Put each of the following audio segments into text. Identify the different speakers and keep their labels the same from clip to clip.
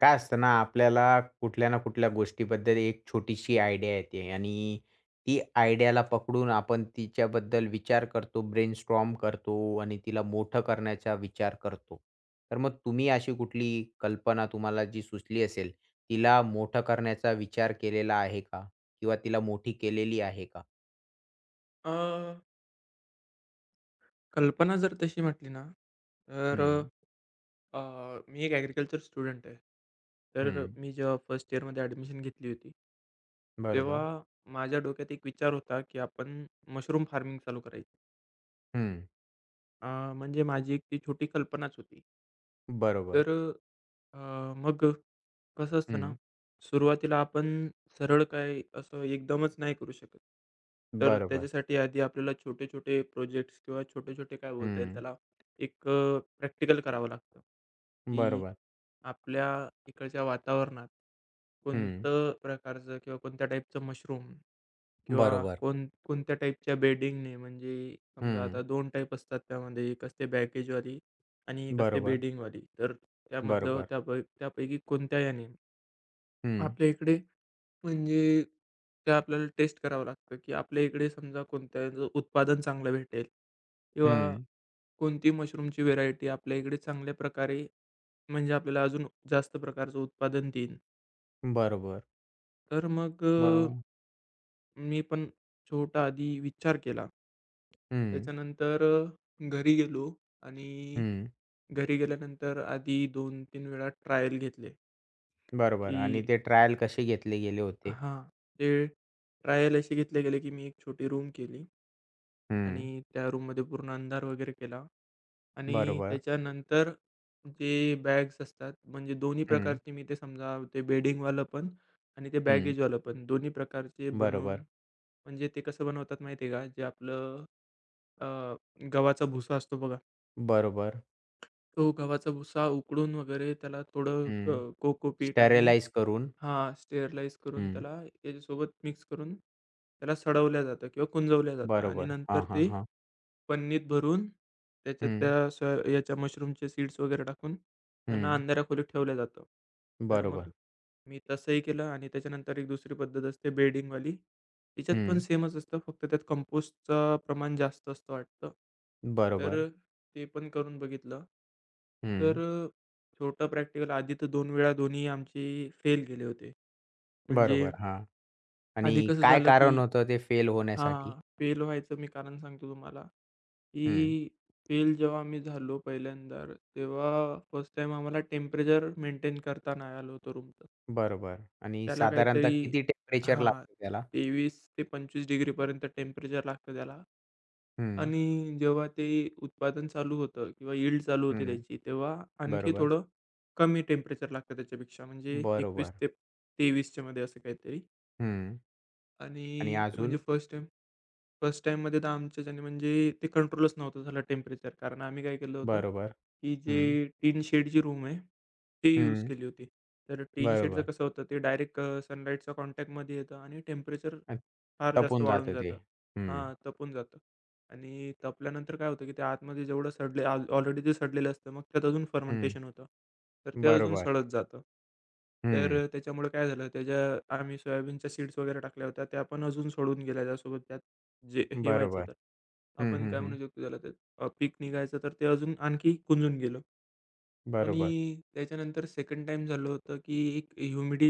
Speaker 1: काय असतं ना, आपल्याला कुठल्या ना कुठल्या गोष्टीबद्दल एक छोटीशी आयडिया येते आणि ती आयडियाला पकडून आपण तिच्याबद्दल विचार करतो, ब्रेनस्टॉर्म करतो आणि तिला मोठं करण्याचा विचार करतो. तर मग तुम्ही अशी कुठली कल्पना तुम्हाला जी सुचली असेल, तिला मोठं करण्याचा विचार केलेला आहे का? किंवा तिला मोठी केलेली आहे का?
Speaker 2: अ, कल्पना जर तशी म्हटली ना, तर
Speaker 1: हं,
Speaker 2: अ, मी एक ॲग्रीकल्चर स्टुडंट आहे. तर
Speaker 1: हं.
Speaker 2: मी जेव्हा फर्स्ट इयरमध्ये ॲडमिशन घेतली होती, तेव्हा
Speaker 1: बरोबर.
Speaker 2: माझ्या डोक्यात एक विचार होता, की आपण मशरूम फार्मिंग चालू करायची.
Speaker 1: हं.
Speaker 2: म्हणजे माझी एक ती छोटी कल्पनाच होती.
Speaker 1: बरोबर.
Speaker 2: तर अ, मग कसं असतं ना,
Speaker 1: हं.
Speaker 2: सुरुवातीला आपण सरळ काय असं एकदमच नाही करू शकत. तर
Speaker 1: बरोबर.
Speaker 2: त्याच्यासाठी आधी आपल्याला छोटे-छोटे प्रोजेक्ट्स किंवा छोटे-छोटे काय बोलता येईल
Speaker 1: हं.
Speaker 2: त्याला, एक प्रॅक्टिकल करावं लागतं, की
Speaker 1: बरोबर.
Speaker 2: आपल्या इकडच्या वातावरणात
Speaker 1: हं.
Speaker 2: कोणतं प्रकारचं किंवा कोणत्या टाईपचं मशरूम किंवा
Speaker 1: बरोबर.
Speaker 2: कोण कोणत्या टाईपच्या बेडिंगने म्हणजे समजा
Speaker 1: हं.
Speaker 2: आता 2 टाईप असतात त्यामध्ये. एक असते बॅगेजवाली आणि एक असते
Speaker 1: बरोबर.
Speaker 2: बेडिंगवाली. तर त्यामधलं
Speaker 1: बरोबर.
Speaker 2: त्यापैकी कोणत्या याने
Speaker 1: हं,
Speaker 2: आपल्या इकडे म्हणजे ते आपल्याला टेस्ट करावं लागतं, की आपल्या इकडे समजा कोणत्याचं उत्पादन चांगलं भेटेल किंवा
Speaker 1: हं.
Speaker 2: कोणती मशरूमची व्हेरायटी आपल्या इकडे चांगल्या प्रकारे म्हणजे आपल्याला अजून जास्त प्रकारचं उत्पादन देईन.
Speaker 1: बरोबर.
Speaker 2: तर मग
Speaker 1: मग
Speaker 2: मी पण छोटा आधी विचार केला.
Speaker 1: हं,
Speaker 2: त्याच्यानंतर घरी गेलो आणि
Speaker 1: हं.
Speaker 2: घरी गेल्यानंतर आधी दोन 3 वेळा ट्रायल घेतले,
Speaker 1: बरोबर आणि
Speaker 2: की
Speaker 1: ते ट्रायल कसे घेतले गेले होते.
Speaker 2: हां, ते ट्रायल असे घेतले गेले, की मी एक छोटी रूम केली
Speaker 1: हं,
Speaker 2: आणि त्या रूममध्ये पूर्ण अंधार वगैरे केला आणि
Speaker 1: बरोबर.
Speaker 2: त्याच्यानंतर जे बॅग्स असतात, म्हणजे दोन्ही
Speaker 1: हं,
Speaker 2: प्रकारचे मी ते समजा ते बेडिंगवालं पण आणि ते
Speaker 1: हं.
Speaker 2: बॅगेजवालं पण दोन्ही प्रकारचे बनवून
Speaker 1: बरोबर,
Speaker 2: म्हणजे ते कसं बनवतात माहिती आहे का? जे आपलं अ, गव्हाचा भुसा असतो बघा.
Speaker 1: बरोबर.
Speaker 2: तो गव्हाचा भुसा उकडून वगैरे त्याला थोडं
Speaker 1: हं.
Speaker 2: कोकोपीट आणि
Speaker 1: स्टरलाईज करून.
Speaker 2: स्टेरलाइज करून
Speaker 1: हं.
Speaker 2: त्याला त्याच्यासोबत मिक्स करून त्याला सडवल्या जातं किंवा कुंजवल्या जातं आणि
Speaker 1: बरोबर. हां,
Speaker 2: नंतर
Speaker 1: हां,
Speaker 2: ते
Speaker 1: हां.
Speaker 2: पन्नीत भरून त्याच्यात
Speaker 1: हं,
Speaker 2: त्या स याच्या मशरूमचे सीड्स वगैरे टाकून त्यांना
Speaker 1: हं.
Speaker 2: अंधाऱ्या खोलीत ठेवलं जातं. तर
Speaker 1: बरोबर.
Speaker 2: मग मी तसंही केलं आणि त्याच्यानंतर एक दुसरी पद्धत असते बेडिंगवाली. तिच्यात पण
Speaker 1: हं.
Speaker 2: सेमच असतं, फक्त त्यात कंपोस्टचं प्रमाण जास्त असतं वाटतं. तर
Speaker 1: बरोबर.
Speaker 2: ते पण करून बघितलं.
Speaker 1: हं.
Speaker 2: तर छोटा प्रॅक्टिकल आधी तर 2 वेळा दोन्ही आमचे फेल गेले होते. म्हणजे
Speaker 1: बरोबर. हां. आणि
Speaker 2: आधी कसं
Speaker 1: काय
Speaker 2: झालं, की
Speaker 1: कारण होतं ते फेल होण्यासाठी?
Speaker 2: फेल व्हायचं मी कारण सांगतो तुम्हाला,
Speaker 1: हं.
Speaker 2: की फेल जेव्हा आम्ही झालो पहिल्यांदा, तेव्हा फर्स्ट टाईम आम्हाला टेम्परेचर मेंटेन करता नाही आलं होतं रूमचं.
Speaker 1: बरोबर आणि
Speaker 2: त्याला
Speaker 1: साधारणतः
Speaker 2: काहीतरी
Speaker 1: किती टेम्परेचर
Speaker 2: हां,
Speaker 1: लागतं त्याला?
Speaker 2: 23 ते 25 डिग्रीपर्यंत टेम्परेचर लागतं त्याला.
Speaker 1: हं,
Speaker 2: आणि जेव्हा ते उत्पादन चालू होतं किंवा यील्ड चालू होते
Speaker 1: हं.
Speaker 2: त्याची, तेव्हा आणखी
Speaker 1: बरोबर.
Speaker 2: थोडं कमी टेम्परेचर लागतं त्याच्यापेक्षा म्हणजे 21
Speaker 1: बरोबर.
Speaker 2: ते 23 च्या मध्ये असं काहीतरी.
Speaker 1: हं. आणि
Speaker 2: आणि ते म्हणजे
Speaker 1: अजून?
Speaker 2: फर्स्ट टाईममध्ये तर आमच्याच्याने म्हणजे ते कंट्रोलच नव्हतं झालं टेम्परेचर. कारण आम्ही काय केलं होतं,
Speaker 1: बरोबर.
Speaker 2: की
Speaker 1: हं.
Speaker 2: जे टिन शेडची रूम आहे, ती यूज
Speaker 1: हं.
Speaker 2: केली होती. तर टिन शेडचं
Speaker 1: बरोबर.
Speaker 2: कसं होतं ते डायरेक्ट सनलाईटच्या कॉन्टॅक्टमध्ये येतं आणि टेम्परेचर
Speaker 1: अ,
Speaker 2: फार जास्त
Speaker 1: तपून
Speaker 2: वाढून
Speaker 1: जातं ते.
Speaker 2: जातं.
Speaker 1: हं.
Speaker 2: तपून जातं. आणि तापल्यानंतर काय होतं, की ते आतमध्ये जेवढं सडले ऑलरेडी ते सडलेलं असतं. मग त्यात अजून
Speaker 1: हं.
Speaker 2: फर्मेंटेशन होतं. तर ते अजून
Speaker 1: बरोबर.
Speaker 2: सडत जातं. तर
Speaker 1: हं.
Speaker 2: त्याच्यामुळे काय झालं, त्याच्या आम्ही सोयाबीनच्या सीड्स वगैरे टाकल्या होत्या. त्या पण अजून सडून गेल्या. त्यासोबत त्यात जे हे व्हायचं
Speaker 1: बरोबर.
Speaker 2: तर
Speaker 1: हं,
Speaker 2: आपण
Speaker 1: हं,
Speaker 2: काय
Speaker 1: हं.
Speaker 2: म्हणू शकतो त्याला, ते पीक निघायचं तर ते अजून आणखी कुंजून गेलं. आणि
Speaker 1: बरोबर.
Speaker 2: त्याच्यानंतर सेकंड टाईम झालं होतं, की एक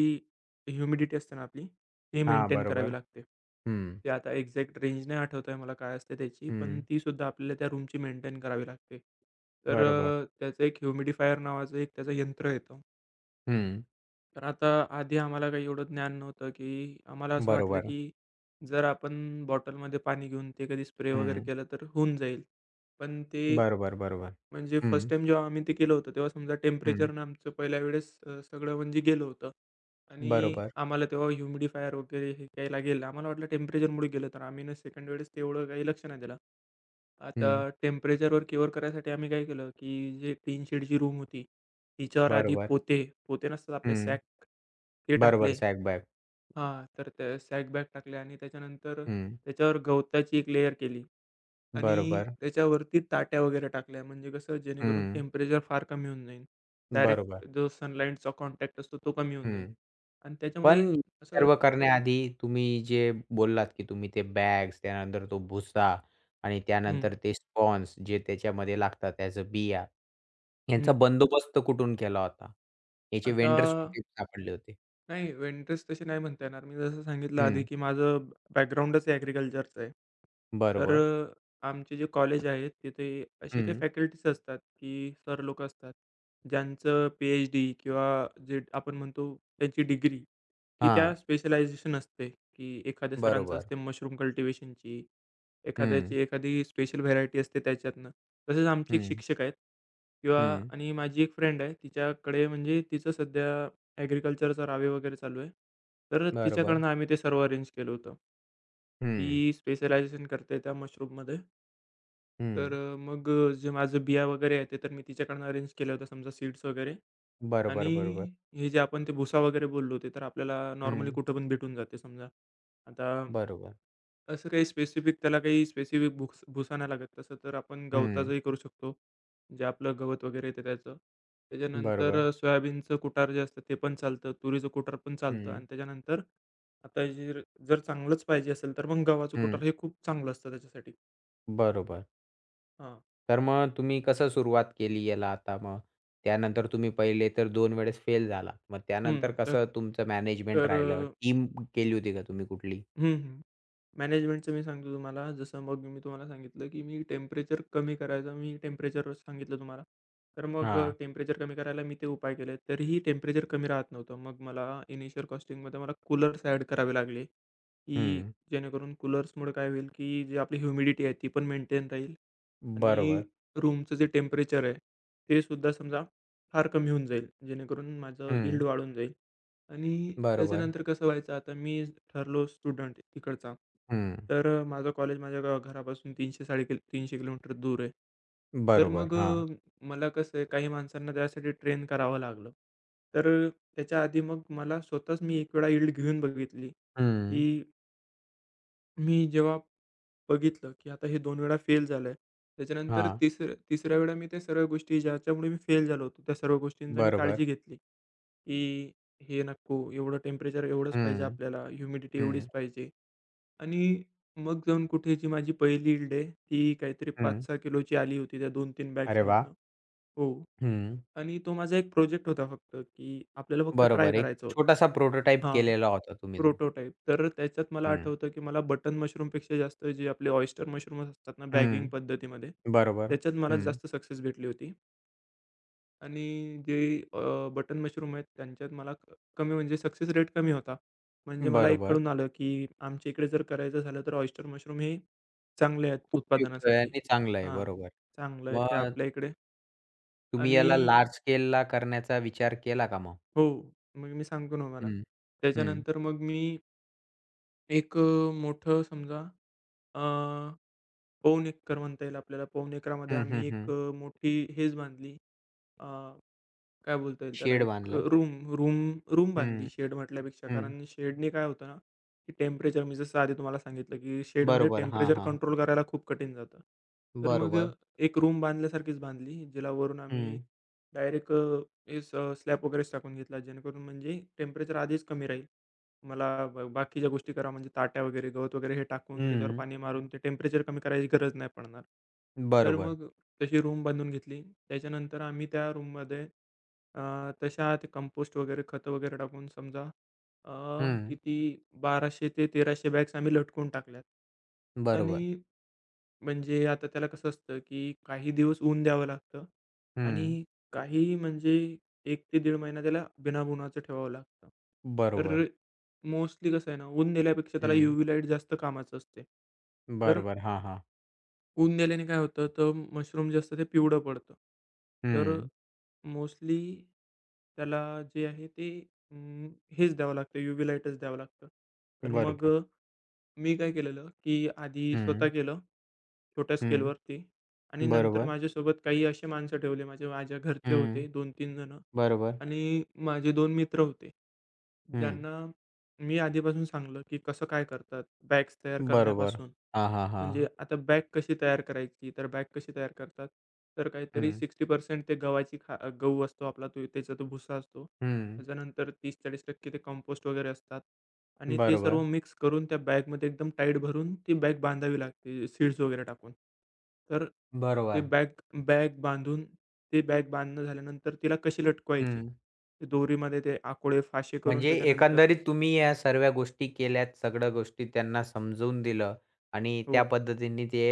Speaker 2: ह्युमिडिटी असते ना आपली, ती
Speaker 1: हां,
Speaker 2: मेंटेन
Speaker 1: बरोबर.
Speaker 2: करावी लागते.
Speaker 1: हं.
Speaker 2: ते आता एक्झॅक्ट रेंज नाही आठवत आहे मला काय असते त्याची, पण
Speaker 1: हं.
Speaker 2: तीसुद्धा आपल्याला त्या रूमची मेंटेन करावी लागते. तर
Speaker 1: बरोबर.
Speaker 2: त्याचं एक ह्युमिडिफायर नावाचं एक त्याचं यंत्र येतं.
Speaker 1: हं.
Speaker 2: तर आता आधी आम्हाला काही एवढं ज्ञान नव्हतं, की आम्हाला असं वाटलं,
Speaker 1: बरोबर.
Speaker 2: की जर आपण बॉटलमध्ये पाणी घेऊन ते कधी स्प्रे वगैरे
Speaker 1: हं.
Speaker 2: केलं तर होऊन जाईल. पण ते
Speaker 1: बरोबर, बरोबर.
Speaker 2: म्हणजे
Speaker 1: हं.
Speaker 2: फर्स्ट टाईम जेव्हा आम्ही ते केलं होतं, तेव्हा समजा
Speaker 1: हं.
Speaker 2: टेम्परेचरनं आमचं पहिल्या वेळेस सगळं म्हणजे गेलं होतं आणि
Speaker 1: बरोबर.
Speaker 2: आम्हाला तेव्हा ह्युमिडिफायर वगैरे हे घ्यायला गेलं. आम्हाला वाटलं टेम्परेचरमुळे गेलं, तर आम्ही ना सेकंड वेळेस तेवढं काही लक्ष नाही दिलं. आता
Speaker 1: हं.
Speaker 2: टेम्परेचरवर क्युअर करायसाठी आम्ही काय केलं, की जे टीन शेडची रूम होती, तिच्यावर आधी
Speaker 1: बरोबर.
Speaker 2: पोते, पोते नसतात आपले
Speaker 1: हं.
Speaker 2: सॅक, ते
Speaker 1: बरोबर
Speaker 2: टाकले.
Speaker 1: Sack bag.
Speaker 2: तर त्या सॅक बॅग टाकल्या आणि त्याच्यानंतर
Speaker 1: हं.
Speaker 2: त्याच्यावर गवताची एक लेयर केली. आणि
Speaker 1: बरोबर.
Speaker 2: त्याच्यावरती ताट्या वगैरे टाकल्या म्हणजे कसं जेणेकरून
Speaker 1: हं.
Speaker 2: टेम्परेचर फार कमी होऊन जाईल.
Speaker 1: बरोबर.
Speaker 2: डायरेक्ट जो सनलाईटचा कॉन्टॅक्ट असतो तो कमी होऊन जाईल
Speaker 1: हं.
Speaker 2: आणि त्याच्यामुळे
Speaker 1: पण
Speaker 2: असं.
Speaker 1: सर्व करण्याआधी तुम्ही जे बोललात, की तुम्ही ते बॅग्स, त्यानंतर तो भुसा आणि
Speaker 2: हं,
Speaker 1: त्यानंतर ते स्पॉन्स जे त्याच्यामध्ये लागतात, त्याचं बिया, यांचा
Speaker 2: हं.
Speaker 1: बंदोबस्त कुठून केला होता? याचे
Speaker 2: आता
Speaker 1: वेंडर्स कुठे सापडले होते?
Speaker 2: नाही, इंटरेस्ट तसे नाही म्हणता येणार. मी जसं सांगितलं आधी,
Speaker 1: हं.
Speaker 2: की माझं बॅकग्राऊंडच ॲग्रीकल्चरचं आहे. तर
Speaker 1: बरोबर.
Speaker 2: आमचे जे कॉलेज आहेत, तिथे असे काही
Speaker 1: हं.
Speaker 2: फॅकल्टीज असतात, की सर लोकं असतात, ज्यांचं PhD किंवा जे आपण म्हणतो त्यांची डिग्री, ती
Speaker 1: हां.
Speaker 2: त्या स्पेशलायझेशन असते, की एखाद्या सरांचं
Speaker 1: बरोबर.
Speaker 2: असते मशरूम कल्टिव्हेशनची,
Speaker 1: हं.
Speaker 2: एखाद्याची एखादी स्पेशल व्हेरायटी असते त्याच्यातनं. तसेच आमचे एक
Speaker 1: हं.
Speaker 2: शिक्षक आहेत किंवा.
Speaker 1: हं.
Speaker 2: आणि माझी एक फ्रेंड आहे, तिच्याकडे म्हणजे तिचं सध्या ॲग्रीकल्चरचा रावे वगैरे चालू आहे. तर
Speaker 1: बरोबर.
Speaker 2: तिच्याकडनं आम्ही ते सर्व अरेंज केलं होतं.
Speaker 1: हं.
Speaker 2: ती स्पेशलायझेशन करते त्या मशरूममध्ये. तर
Speaker 1: हं.
Speaker 2: मग जे माझं बिया वगैरे आहे ते तर मी तिच्याकडनं अरेंज केलं होतं समजा सीड्स वगैरे.
Speaker 1: बरोबर,
Speaker 2: आणि
Speaker 1: बरोबर.
Speaker 2: हे जे आपण ते भुसा वगैरे बोललो होते, तर आपल्याला नॉर्मली
Speaker 1: हं.
Speaker 2: कुठे पण भेटून जाते समजा. आता
Speaker 1: बरोबर.
Speaker 2: असं काही स्पेसिफिक त्याला काही स्पेसिफिक भुसा नाही लागत. तसं तर आपण
Speaker 1: हं.
Speaker 2: गवताचंही करू शकतो. जे आपलं गवत वगैरे येतं त्याचं. त्याच्यानंतर
Speaker 1: बरोबर.
Speaker 2: सोयाबीनचं कुटार जे असतं ते पण चालतं. तुरीचं कुटार पण चालतं
Speaker 1: हं.
Speaker 2: आणि त्याच्यानंतर आता जर जर चांगलंच पाहिजे असेल तर मग गव्हाचं
Speaker 1: हं.
Speaker 2: कुटार हे खूप चांगलं असतं त्याच्यासाठी.
Speaker 1: बरोबर.
Speaker 2: हां.
Speaker 1: तर मग तुम्ही कसं सुरुवात केली याला आता मग? त्यानंतर तुम्ही पहिले तर 2 वेळेस फेल झालात. मग
Speaker 2: हं.
Speaker 1: त्यानंतर
Speaker 2: तर
Speaker 1: कसं तुमचं मॅनेजमेंट
Speaker 2: तर
Speaker 1: राहिलं?
Speaker 2: अ,
Speaker 1: टीम केली होती का तुम्ही कुठली?
Speaker 2: हं, हं. मॅनेजमेंटचं मी सांगतो तुम्हाला, जसं मग मी तुम्हाला सांगितलं, की मी टेम्परेचर कमी करायचं, मी टेम्परेचर सांगितलं तुम्हाला. तर मग
Speaker 1: हां.
Speaker 2: टेम्परेचर कमी करायला मी ते उपाय केले. तरीही टेम्परेचर कमी राहत नव्हतं. मग मला इनिशियल कॉस्टिंगमध्ये मला कूलर्स ॲड करावे लागले, की
Speaker 1: हं.
Speaker 2: जेणेकरून कूलर्समुळे काय होईल, की जी आपली ह्युमिडिटी आहे ती पण मेंटेन राहील. आणि
Speaker 1: बरोबर.
Speaker 2: रूमचं जे टेम्परेचर आहे, ते सुद्धा समजा फार कमी होऊन जाईल, जेणेकरून माझं
Speaker 1: हं.
Speaker 2: इल्ड वाढून जाईल. आणि
Speaker 1: बरोबर.
Speaker 2: त्याच्यानंतर कसं व्हायचं, आता मी ठरलो स्टुडंट तिकडचा,
Speaker 1: हं.
Speaker 2: तर माझं कॉलेज माझ्या घरापासून 300 किलोमीटर दूर आहे. तर
Speaker 1: बरोबर.
Speaker 2: मग
Speaker 1: हां.
Speaker 2: मला कसं आहे, काही माणसांना त्यासाठी ट्रेन करावं लागलं. तर त्याच्या आधी मग मला स्वतःच मी एक वेळा यील्ड घेऊन बघितली,
Speaker 1: हं.
Speaker 2: की मी जेव्हा बघितलं, की आता हे दोन वेळा फेल झालंय. त्याच्यानंतर
Speaker 1: हां.
Speaker 2: तिसऱ्या वेळा मी त्या सर्व गोष्टी ज्याच्यामुळे मी फेल झालो होतो, त्या सर्व गोष्टींचा मी
Speaker 1: बरोबर.
Speaker 2: काळजी घेतली, की हे नको, एवढं टेम्परेचर एवढंच पाहिजे
Speaker 1: हं.
Speaker 2: आपल्याला, ह्युमिडिटी एवढीच
Speaker 1: हं.
Speaker 2: पाहिजे. आणि मग जाऊन कुठे जी माझी पहिली यील्ड आहे, ती काहीतरी
Speaker 1: हं.
Speaker 2: 5-6 किलोची आली होती त्या 2-3
Speaker 1: अरे वाह!
Speaker 2: बॅग्समधनं. हो.
Speaker 1: हं.
Speaker 2: आणि तो माझा एक प्रोजेक्ट होता फक्त, की आपल्याला फक्त ट्राय
Speaker 1: बरोबर. एक
Speaker 2: करायचा होता.
Speaker 1: छोटासा प्रोटोटाइप
Speaker 2: हां.
Speaker 1: केलेला होता तुम्ही तो.
Speaker 2: प्रोटोटाइप. तर त्याच्यात मला
Speaker 1: हं.
Speaker 2: आठवतं, की मला बटन मशरूमपेक्षा जास्त जे आपले ऑयस्टर मशरूम्स असतात ना बॅगिंग
Speaker 1: हं.
Speaker 2: पद्धतीमध्ये,
Speaker 1: बरोबर.
Speaker 2: त्याच्यात मला
Speaker 1: हं.
Speaker 2: जास्त सक्सेस भेटली होती. आणि जे बटन मशरूम आहेत त्यांच्यात मला कमी म्हणजे सक्सेस रेट कमी होता. म्हणजे मला एक
Speaker 1: बरोबर.
Speaker 2: कळून आलं, की आमच्या इकडे जर करायचं झालं तर ऑयस्टर मशरूम हे चांगले आहेत
Speaker 1: उपयुक्त आहे
Speaker 2: उत्पादनासाठी.
Speaker 1: आणि चांगलं आहे.
Speaker 2: हां,
Speaker 1: बरोबर.
Speaker 2: चांगलं आहे, की
Speaker 1: मग
Speaker 2: आपल्या इकडे.
Speaker 1: तुम्ही
Speaker 2: आणि
Speaker 1: याला लार्ज स्केलला करण्याचा विचार केला का मग?
Speaker 2: हो, मग मी सांगतो ना मला.
Speaker 1: हं, हं.
Speaker 2: त्याच्यानंतर मग मी एक मोठं समजा पवनी एकर म्हणता येईल आपल्याला. पवनी एकरामध्ये
Speaker 1: हं, हं,
Speaker 2: आम्ही एक
Speaker 1: हं.
Speaker 2: मोठी हेज बांधली. काय बोलता येईल त्याला
Speaker 1: शेड
Speaker 2: एक
Speaker 1: बांधलं.
Speaker 2: रूम रूम रूम बांधली
Speaker 1: हं,
Speaker 2: शेड म्हटल्यापेक्षा.
Speaker 1: हं.
Speaker 2: कारण शेडने काय होतं ना, की टेम्परेचर मी जसं आधी तुम्हाला सांगितलं, की शेडमध्ये
Speaker 1: बरोबर. हां,
Speaker 2: टेम्परेचर
Speaker 1: हां.
Speaker 2: कंट्रोल करायला खूप कठीण जातं. तर मग
Speaker 1: बरोबर.
Speaker 2: एक रूम बांधल्यासारखीच बांधली, जिला वरून आम्ही
Speaker 1: हं,
Speaker 2: डायरेक्ट स्लॅब वगैरेच टाकून घेतला, जेणेकरून म्हणजे टेम्परेचर आधीच कमी राहील. मला बाकीच्या गोष्टी करा म्हणजे ताट्या वगैरे, गवत वगैरे हे टाकून त्याच्यावर
Speaker 1: हं.
Speaker 2: पाणी मारून ते टेम्परेचर कमी करायची गरज नाही पडणार. तर
Speaker 1: बरोबर.
Speaker 2: मग तशी रूम बांधून घेतली. त्याच्यानंतर आम्ही त्या रूममध्ये अ, तशा ते कंपोस्ट वगैरे, खतं वगैरे टाकून समजा अ,
Speaker 1: हं.
Speaker 2: किती 1200 ते 1300 बॅग्स आम्ही लटकून टाकल्यात.
Speaker 1: बरोबर.
Speaker 2: आणि म्हणजे आता त्याला कसं असतं, की काही दिवस ऊन द्यावं लागतं
Speaker 1: हं.
Speaker 2: आणि काही म्हणजे 1 ते 1.5 महिना त्याला बिना उन्हाचं ठेवावं लागतं.
Speaker 1: बरोबर.
Speaker 2: तर मोस्टली कसं आहे ना, ऊन दिल्यापेक्षा त्याला
Speaker 1: हं.
Speaker 2: यूव्ही लाईट जास्त कामाचं असते. तर
Speaker 1: बरोबर. हां, हां.
Speaker 2: ऊन दिल्याने काय होतं, तर मशरूम जे असतं ते पिवळं पडतं. तर
Speaker 1: हं.
Speaker 2: मोस्टली त्याला जे आहे ते अं, हेच द्यावं लागतं, यूव्ही लाईटच द्यावं लागतं. तर मग
Speaker 1: बरोबर.
Speaker 2: मी काय केलेलं, की आधी
Speaker 1: हं,
Speaker 2: स्वतः केलं, छोट्या
Speaker 1: हं.
Speaker 2: स्केलवरती आणि नंतर
Speaker 1: बरोबर.
Speaker 2: माझ्यासोबत काही असे माणसं ठेवले, माझे माझ्या घरचे
Speaker 1: हं.
Speaker 2: होते 2-3 जणं
Speaker 1: बरोबर.
Speaker 2: आणि माझे 2 मित्र होते.
Speaker 1: हं.
Speaker 2: ज्यांना मी आधीपासून सांगलं, की कसं काय करतात बॅग्स तयार
Speaker 1: बरोबर.
Speaker 2: करण्यापासून.
Speaker 1: हां, हां, हां.
Speaker 2: म्हणजे आता बॅग कशी तयार करायची, तर बॅग कशी तयार करतात? तर काहीतरी
Speaker 1: हं,
Speaker 2: 60% ते गव्हाची खा गहू असतो आपला तो त्याचा तो भुसा असतो.
Speaker 1: हं.
Speaker 2: त्याच्यानंतर 30-40% ते कंपोस्ट वगैरे असतात आणि ते
Speaker 1: बरोबर.
Speaker 2: सर्व मिक्स करून त्या बॅगमध्ये एकदम टाईट भरून ती बॅग बांधावी लागते सीड्स वगैरे टाकून. तर ते
Speaker 1: बरोबर.
Speaker 2: बॅग बॅग बांधून ते बॅग बांधणं झाल्यानंतर तिला कशी लटकवायची?
Speaker 1: हं.
Speaker 2: ते दोरीमध्ये ते आकोळे, फाशे करून
Speaker 1: म्हणजे
Speaker 2: त्याच्यानंतर
Speaker 1: एकंदरीत तुम्ही या सर्व्या गोष्टी केल्यात, सगळ्या गोष्टी त्यांना समजवून दिलं आणि त्या
Speaker 2: हो,
Speaker 1: पद्धतीने ते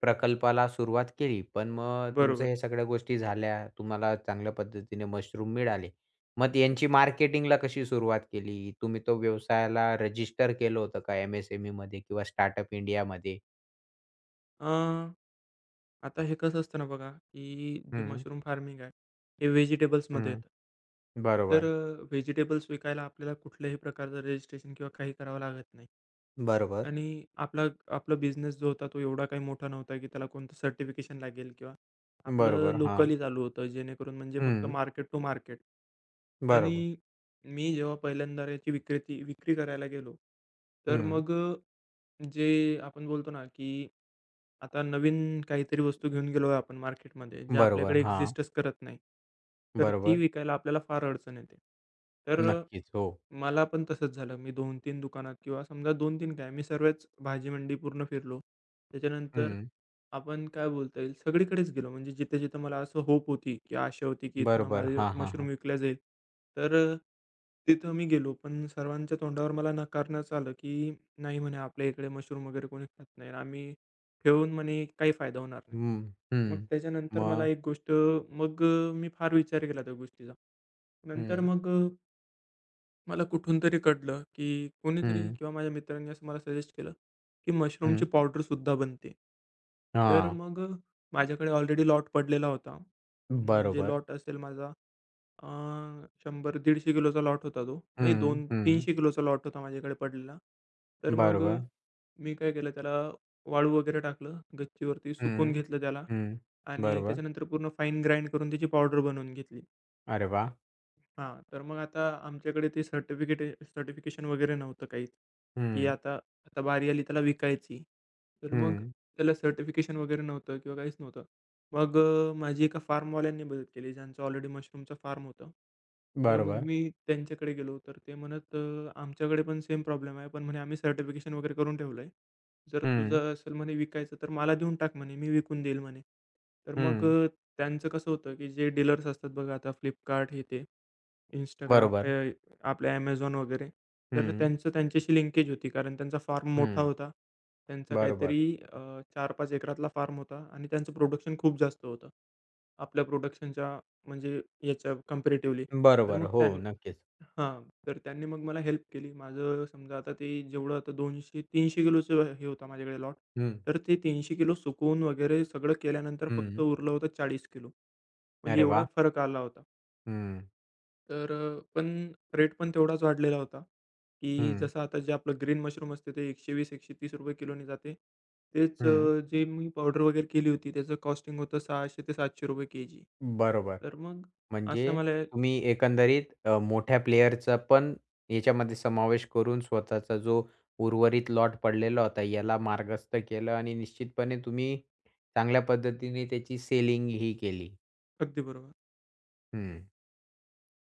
Speaker 1: प्रकल्पाला सुरुवात केली. पण मग तुमचं
Speaker 2: बरोबर.
Speaker 1: हे सगळ्या गोष्टी झाल्या, तुम्हाला चांगल्या पद्धतीने मशरूम मिळाले. मग यांची मार्केटिंगला कशी सुरुवात केली? तुम्ही तो व्यवसायाला रजिस्टर केलं होतं का एम-एस-एम-ईमध्ये किंवा स्टार्टअप इंडियामध्ये?
Speaker 2: अ, आता हे कसं असतं ना बघा, की जे
Speaker 1: हं,
Speaker 2: मशरूम फार्मिंग आहे, हे व्हेजिटेबल्समध्ये
Speaker 1: हं.
Speaker 2: येतं. तर
Speaker 1: बरोबर.
Speaker 2: व्हेजिटेबल्स विकायला आपल्याला कुठल्याही प्रकारचं रजिस्ट्रेशन किंवा काही करावं लागत नाही.
Speaker 1: बरोबर.
Speaker 2: आणि आपला आपला बिझनेस जो होता तो एवढा काही मोठा नव्हता, की त्याला कोणतं सर्टिफिकेशन लागेल किंवा आपलं
Speaker 1: बरोबर. हां.
Speaker 2: लोकली चालू होतं जेणेकरून म्हणजे फक्त
Speaker 1: हं.
Speaker 2: Market to market.
Speaker 1: बरोबर.
Speaker 2: आणि मी जेव्हा पहिल्यांदा याची विक्री करायला गेलो, तर
Speaker 1: हं.
Speaker 2: मग जे आपण बोलतो ना, की आता नवीन काहीतरी वस्तू घेऊन गेलो आहे आपण मार्केटमध्ये, जे
Speaker 1: बरोबर.
Speaker 2: आपल्याकडे
Speaker 1: हां.
Speaker 2: एक्झिस्टच करत नाही. तर ती
Speaker 1: बरोबर.
Speaker 2: विकायला आपल्याला फार अडचण येते. तर
Speaker 1: नक्कीच. हो.
Speaker 2: मला पण तसंच झालं. मी 2-3 दुकानात किंवा समजा 2-3 काय मी सर्वच भाजी मंडी पूर्ण फिरलो. त्याच्यानंतर
Speaker 1: हं.
Speaker 2: आपण काय बोलता येईल सगळीकडेच गेलो. म्हणजे जिथे-जिथे मला असं होप होती, की आशा होती, की इथनं
Speaker 1: बरोबर.
Speaker 2: माझे
Speaker 1: हां, हां,
Speaker 2: मशरूम
Speaker 1: हां.
Speaker 2: विकल्या जाईल. तर तिथं मी गेलो. पण सर्वांच्या तोंडावर मला नाकारण्यात आलं, की "नाही," म्हणे, "आपल्या इकडे मशरूम वगैरे कोणी खात नाही. आणि आम्ही ठेवून म्हणे काही फायदा होणार नाही."
Speaker 1: हं, हं.
Speaker 2: मग त्याच्यानंतर
Speaker 1: मग
Speaker 2: मला एक गोष्ट. मग मी फार विचार केला त्या गोष्टीचा. नंतर
Speaker 1: हं,
Speaker 2: मग मला कुठून तरी कळलं, की कोणीतरी
Speaker 1: हं,
Speaker 2: किंवा माझ्या मित्रांनी असं मला सजेस्ट केलं, की मशरूमची
Speaker 1: हं.
Speaker 2: पावडरसुद्धा बनते. तर
Speaker 1: हां.
Speaker 2: मग माझ्याकडे ऑलरेडी लॉट पडलेला होता. म्हणजे
Speaker 1: बरोबर.
Speaker 2: लॉट असेल माझा अ, 100-150 किलोचा लॉट होता तो. नाही
Speaker 1: हं,
Speaker 2: दोन
Speaker 1: हं.
Speaker 2: 300 किलोचा लॉट होता माझ्याकडे पडलेला. तर मग
Speaker 1: बरोबर.
Speaker 2: मी काय केलं त्याला वाळू वगैरे टाकलं, गच्चीवरती सुकवून
Speaker 1: हं,
Speaker 2: घेतलं त्याला
Speaker 1: हं.
Speaker 2: आणि
Speaker 1: बरोबर.
Speaker 2: त्याच्यानंतर पूर्ण फाईन ग्राइंड करून त्याची पावडर बनवून घेतली.
Speaker 1: अरे वाह!
Speaker 2: तर मग आता आमच्याकडे ते सर्टिफिकेशन वगैरे नव्हतं काहीच, की
Speaker 1: हं,
Speaker 2: आता आता बारी आली त्याला विकायची. तर मग
Speaker 1: हं.
Speaker 2: त्याला सर्टिफिकेशन वगैरे नव्हतं किंवा काहीच नव्हतं. मग माझी एका फार्मवाल्यांनी मदत केली, ज्यांचं ऑलरेडी मशरूमचं फार्म होतं. तर मग
Speaker 1: बरोबर.
Speaker 2: मी त्यांच्याकडे गेलो, तर ते म्हणत "आमच्याकडे पण सेम प्रॉब्लेम आहे, पण म्हणे आम्ही सर्टिफिकेशन वगैरे करून ठेवलं आहे. जर
Speaker 1: हं,
Speaker 2: तुझं असेल म्हणे विकायचं, तर मला देऊन टाक म्हणे, मी विकून देईल म्हणे." तर मग
Speaker 1: हं.
Speaker 2: त्यांचं कसं होतं, की जे डीलर्स असतात बघा आता Flipkart हे ते. Instagram
Speaker 1: बरोबर.
Speaker 2: आपल्या Amazon वगैरे. तर
Speaker 1: हं,
Speaker 2: त्यांच्याशी लिंकेज होती कारण त्यांचा फार्म मोठा
Speaker 1: हं.
Speaker 2: होता. त्यांचा
Speaker 1: बरोबर.
Speaker 2: काहीतरी अ, 4-5 एकरातला फार्म होता आणि त्यांचं प्रोडक्शन खूप जास्त होतं. आपल्या प्रोडक्शनच्या म्हणजे याच्या कंपॅरेटिव्हली. तर
Speaker 1: बरोबर.
Speaker 2: मग
Speaker 1: हो,
Speaker 2: त्यां
Speaker 1: नक्कीच.
Speaker 2: हां. तर त्यांनी मग मला हेल्प केली. माझं समजा ते जेवढं आता 200-300 किलोचं हे होता माझ्याकडे लॉट.
Speaker 1: हं,
Speaker 2: तर ते 300 किलो सुकवून वगैरे सगळं केल्यानंतर फक्त
Speaker 1: हं.
Speaker 2: उरलं होतं 40 किलो. म्हणजे
Speaker 1: अरे
Speaker 2: एवढा
Speaker 1: वाह!
Speaker 2: फरक आला होता.
Speaker 1: हं,
Speaker 2: तर पण रेट पण तेवढाच वाढलेला होता, की
Speaker 1: हं,
Speaker 2: जसं आता जे आपलं ग्रीन मशरूम असते ते ₹120-130 किलोने जाते. तेच
Speaker 1: हं.
Speaker 2: जे मी पावडर वगैरे केली होती त्याचं कॉस्टिंग होतं ₹600-700 केजी.
Speaker 1: बरोबर.
Speaker 2: तर मग
Speaker 1: म्हणजे
Speaker 2: असं मला
Speaker 1: तुम्ही एकंदरीत मोठ्या प्लेयरचा पण याच्यामध्ये समावेश करून स्वतःचा जो उर्वरित लॉट पडलेला होता याला मार्गस्थ केलं आणि निश्चितपणे तुम्ही चांगल्या पद्धतीने त्याची सेलिंग ही केली.
Speaker 2: अगदी बरोबर.
Speaker 1: हं.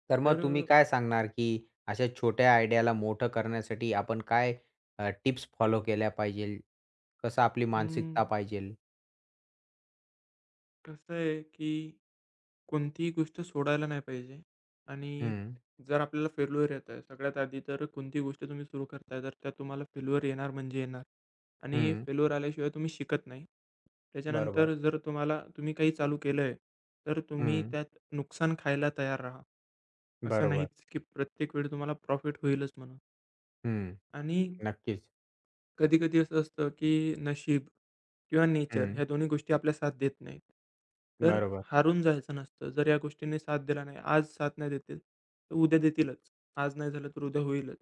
Speaker 1: तर मग
Speaker 2: तर
Speaker 1: तुम्ही काय सांगणार, की अशा छोट्या आयडियाला मोठं करण्यासाठी आपण काय टिप्स फॉलो केल्या पाहिजेल? कसं आपली
Speaker 2: अं,
Speaker 1: मानसिकता पाहिजेल?
Speaker 2: कसं आहे, की कोणतीही गोष्ट सोडायला नाही पाहिजे. आणि
Speaker 1: हं,
Speaker 2: जर आपल्याला फेल्युअर येत आहे, सगळ्यात आधी तर कोणतीही गोष्ट तुम्ही सुरू करताय, तर त्यात तुम्हाला फेल्युअर येणार म्हणजे येणार. आणि
Speaker 1: हं.
Speaker 2: फेल्युअर आल्याशिवाय तुम्ही शिकत नाही.
Speaker 1: बरोबर.
Speaker 2: त्याच्यानंतर जर तुम्हाला तुम्ही काही चालू केलं आहे, तर तुम्ही
Speaker 1: हं.
Speaker 2: त्यात नुकसान खायला तयार राहा. असं
Speaker 1: बरोबर.
Speaker 2: नाहीच की प्रत्येक वेळी तुम्हाला प्रॉफिट होईलच म्हणून.
Speaker 1: हं.
Speaker 2: आणि
Speaker 1: नक्कीच.
Speaker 2: कधी-कधी असं असतं, की नशीब किंवा नेचर
Speaker 1: हं.
Speaker 2: ह्या दोन्ही गोष्टी आपल्या साथ देत नाहीत. तर
Speaker 1: बरोबर.
Speaker 2: हारून जायचं नसतं. जर या गोष्टींनी साथ दिला नाही, आज साथ नाही देतील, तर उद्या देतीलच. आज नाही झालं तर उद्या होईलच.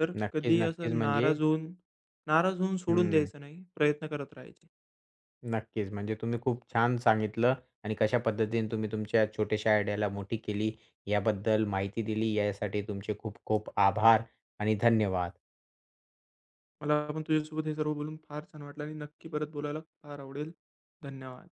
Speaker 2: तर
Speaker 1: नक्कीच,
Speaker 2: कधी
Speaker 1: नक्कीच.
Speaker 2: असं
Speaker 1: म्हणजे
Speaker 2: नाराज होऊन सोडून
Speaker 1: हं,
Speaker 2: द्यायचं नाही, प्रयत्न करत राहायचे.
Speaker 1: नक्कीच. म्हणजे तुम्ही खूप छान सांगितलं आणि कशा पद्धतीने तुम्ही तुमच्या छोट्याशा आयडियाला मोठी केली, याबद्दल माहिती दिली. यासाठी तुमचे खूप खूप आभार आणि धन्यवाद.
Speaker 2: मला पण तुझ्यासोबत हे सर्व बोलून फार छान वाटलं आणि नक्की परत बोलायला फार आवडेल. धन्यवाद.